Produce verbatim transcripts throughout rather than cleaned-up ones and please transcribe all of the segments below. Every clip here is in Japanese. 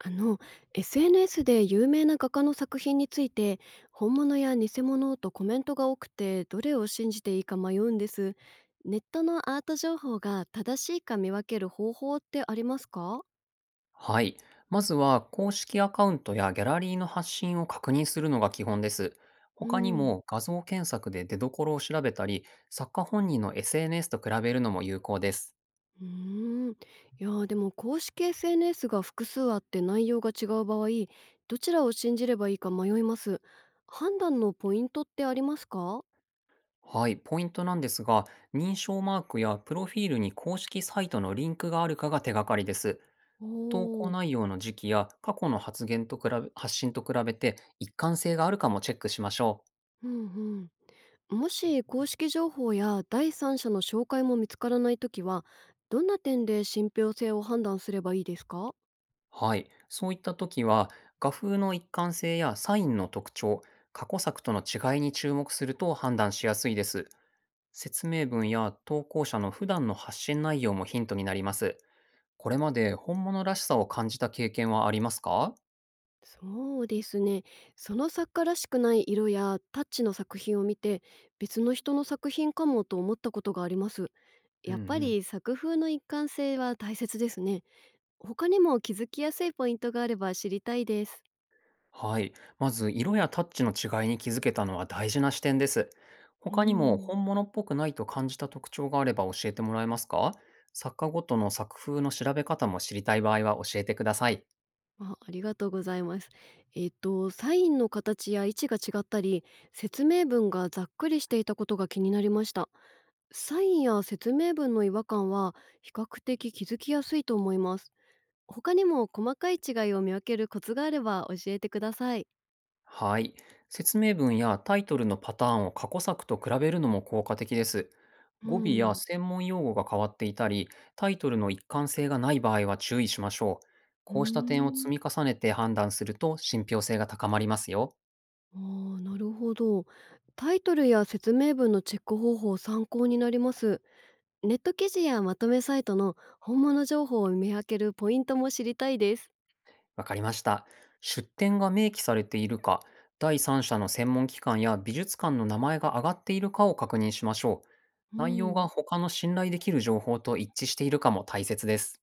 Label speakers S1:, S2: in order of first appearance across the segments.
S1: あの エスエヌエス で有名な画家の作品について本物や偽物とコメントが多くてどれを信じていいか迷うんです。ネットのアート情報が正しいか見分ける方法ってありますか？
S2: はい。まずは、公式アカウントやギャラリーの発信を確認するのが基本です。
S1: う
S2: 他に
S1: ん。
S2: も画像検索で出所を調べたり、作家本人の エスエヌエス と比べるのも有効です。
S1: うーん。いやー、でも公式 エスエヌエス が複数あって内容が違う場合、どちらを信じればいいか迷います。判断のポイントってありますか？
S2: はい、ポイントなんですが、認証マークやプロフィールに公式サイトのリンクがあるかが手がかりです。
S1: お
S2: 投稿
S1: ー。
S2: 内容の時期や過去の発言と比べ、発信と比べて一貫性があるかもチェックしましょう。
S1: うんうん。もし公式情報や第三者の紹介も見つからないときは、どんな点で信憑性を判断すればいいですか？
S2: はい、そういった時は、画風の一貫性やサインの特徴、過去作との違いに注目すると判断しやすいです。説明文や投稿者の普段の発信内容もヒントになります。これまで本物らしさを感じた経験はありますか？
S1: そうですね。その作家らしくない色やタッチの作品を見て、別の人の作品かもと思ったことがあります。
S2: うん
S1: や
S2: う
S1: っぱ
S2: ん。
S1: り作風の一貫性は大切ですね。他にも気づきやすいポイントがあれば知りたいです。
S2: はい。まず、色やタッチの違いに気づけたのは大事な視点です。
S1: う
S2: 他にも
S1: ん。
S2: 本物っぽくないと感じた特徴があれば教えてもらえますか？作家ごとの作風の調べ方も知りたい場合は教えてください。
S1: あ、ありがとうございます。えっと、サインの形や位置が違ったり、説明文がざっくりしていたことが気になりました。サインや説明文の違和感は比較的気づきやすいと思います。他にも細かい違いを見分けるコツがあれば教えてください。
S2: はい。説明文やタイトルのパターンを過去作と比べるのも効果的です。
S1: う
S2: 語尾や
S1: ん、
S2: 専門用語が変わっていたり、タイトルの一貫性がない場合は注意しましょう。
S1: うー
S2: こうした点を積
S1: ん、
S2: み重ねて判断すると信憑性が高まりますよ。
S1: ああ、なるほど。タイトルや説明文のチェック方法参考になります。ネット記事やまとめサイトの本物情報を見分けるポイントも知りたいです。
S2: わかりました。出典が明記されているか、第三者の専門機関や美術館の名前が挙がっているかを確認しましょう。
S1: う
S2: 内容が
S1: ん。
S2: 他の信頼できる情報と一致しているかも大切です。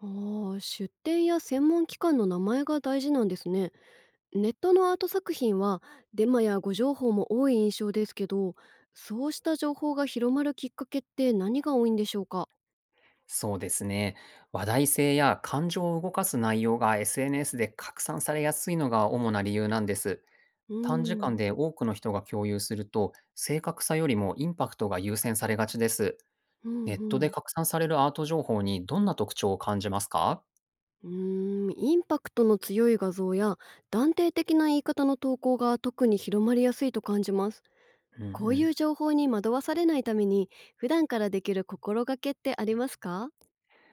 S1: ああ、出店や専門機関の名前が大事なんですね。ネットのアート作品はデマや誤情報も多い印象ですけど、そうした情報が広まるきっかけって何が多いんでしょうか。
S2: そうですね。話題性や感情を動かす内容が エスエヌエス で拡散されやすいのが主な理由なんです。
S1: う
S2: 短時間
S1: ん、
S2: で多くの人が共有すると、正確さよりもインパクトが優先されがちです。
S1: うん、
S2: ネッ
S1: う
S2: トで
S1: ん。
S2: 拡散されるアート情報にどんな特徴を感じますか？
S1: うーん、インパクトの強い画像や断定的な言い方の投稿が特に広まりやすいと感じます。
S2: うんう
S1: こうい
S2: ん。
S1: う情報に惑わされないために普段からできる心がけってありますか？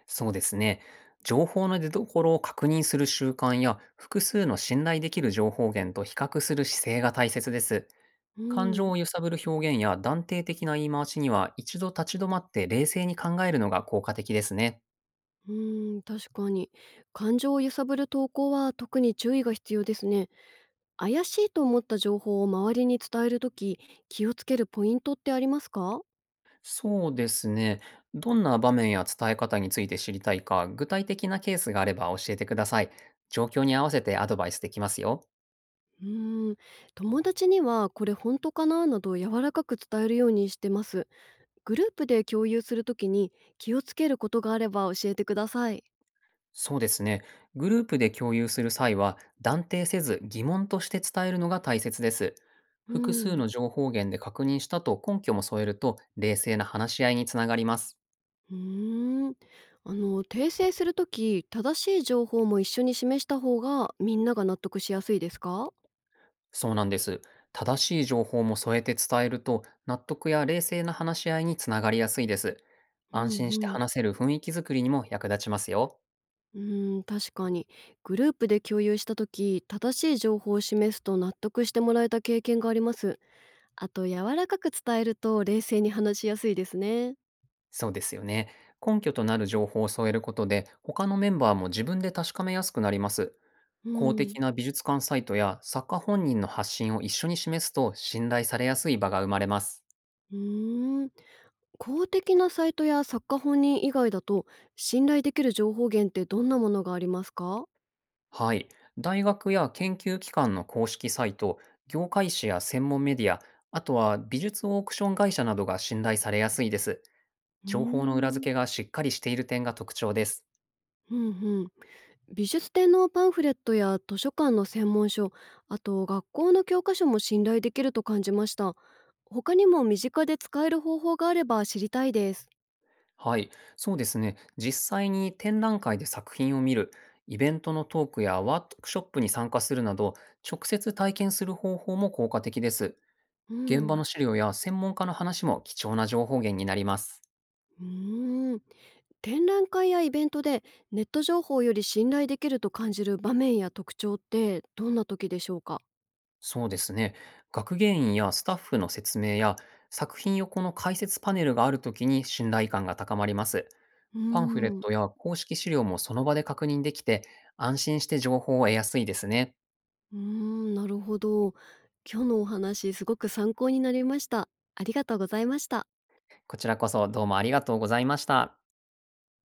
S2: そうですね。情報の出所を確認する習慣や、複数の信頼できる情報源と比較する姿勢が大切です。
S1: う
S2: 感情
S1: ん。
S2: を揺さぶる表現や断定的な言い回しには、一度立ち止まって冷静に考えるのが効果的ですね。
S1: うーん、確かに。感情を揺さぶる投稿は特に注意が必要ですね。怪しいと思った情報を周りに伝えるとき、気をつけるポイントってありますか？
S2: そうですね。どんな場面や伝え方について知りたいか、具体的なケースがあれば教えてください。状況に合わせてアドバイスできますよ。
S1: うーん、友達にはこれ本当かななど柔らかく伝えるようにしてます。グループで共有するときに気をつけることがあれば教えてください。
S2: そうですね。グループで共有する際は、断定せず疑問として伝えるのが大切です。
S1: う
S2: 複数
S1: ん。
S2: の情報源で確認したと根拠も添えると、冷静な話し合いにつながります。
S1: うーん。あの、訂正するとき、正しい情報も一緒に示した方がみんなが納得しやすいですか？
S2: そうなんです。正しい情報も添えて伝えると、納得や冷静な話し合いにつながりやすいです。
S1: う
S2: 安心して
S1: ん。
S2: 話せる雰囲気づくりにも役立ちますよ。
S1: うーん、確かに。グループで共有した時、正しい情報を示すと納得してもらえた経験があります。あと、柔らかく伝えると冷静に話しやすいですね。
S2: そうですよね。根拠となる情報を添えることで、他のメンバーも自分で確かめやすくなります。
S1: う
S2: 公的
S1: ん。
S2: な美術館サイトや作家本人の発信を一緒に示すと信頼されやすい場が生まれます。
S1: うーん。公的なサイトや作家本人以外だと、信頼できる情報源ってどんなものがありますか？
S2: はい。大学や研究機関の公式サイト、業界誌や専門メディア、あとは美術オークション会社などが信頼されやすいです。
S1: うー
S2: 情報の裏付
S1: ん。
S2: けがしっかりしている点が特徴です。
S1: うんうん。美術展のパンフレットや図書館の専門書、あと学校の教科書も信頼できると感じました。他にも身近で使える方法があれば知りたいです。
S2: はい。そうですね。実際に展覧会で作品を見る、イベントのトークやワークショップに参加するなど、直接体験する方法も効果的です。
S1: う
S2: 現場
S1: ん。
S2: の資料や専門家の話も貴重な情報源になります。
S1: うーん。展覧会やイベントでネット情報より信頼できると感じる場面や特徴ってどんな時でしょうか？
S2: そうですね。学芸員やスタッフの説明や、作品横の解説パネルがあるときに信頼感が高まります。
S1: うー
S2: パンフレッ
S1: ん。
S2: トや公式資料もその場で確認できて、安心して情報を得やすいですね。
S1: うーん、なるほど。今日のお話すごく参考になりました。ありがとうございました。
S2: こちらこそどうもありがとうございました。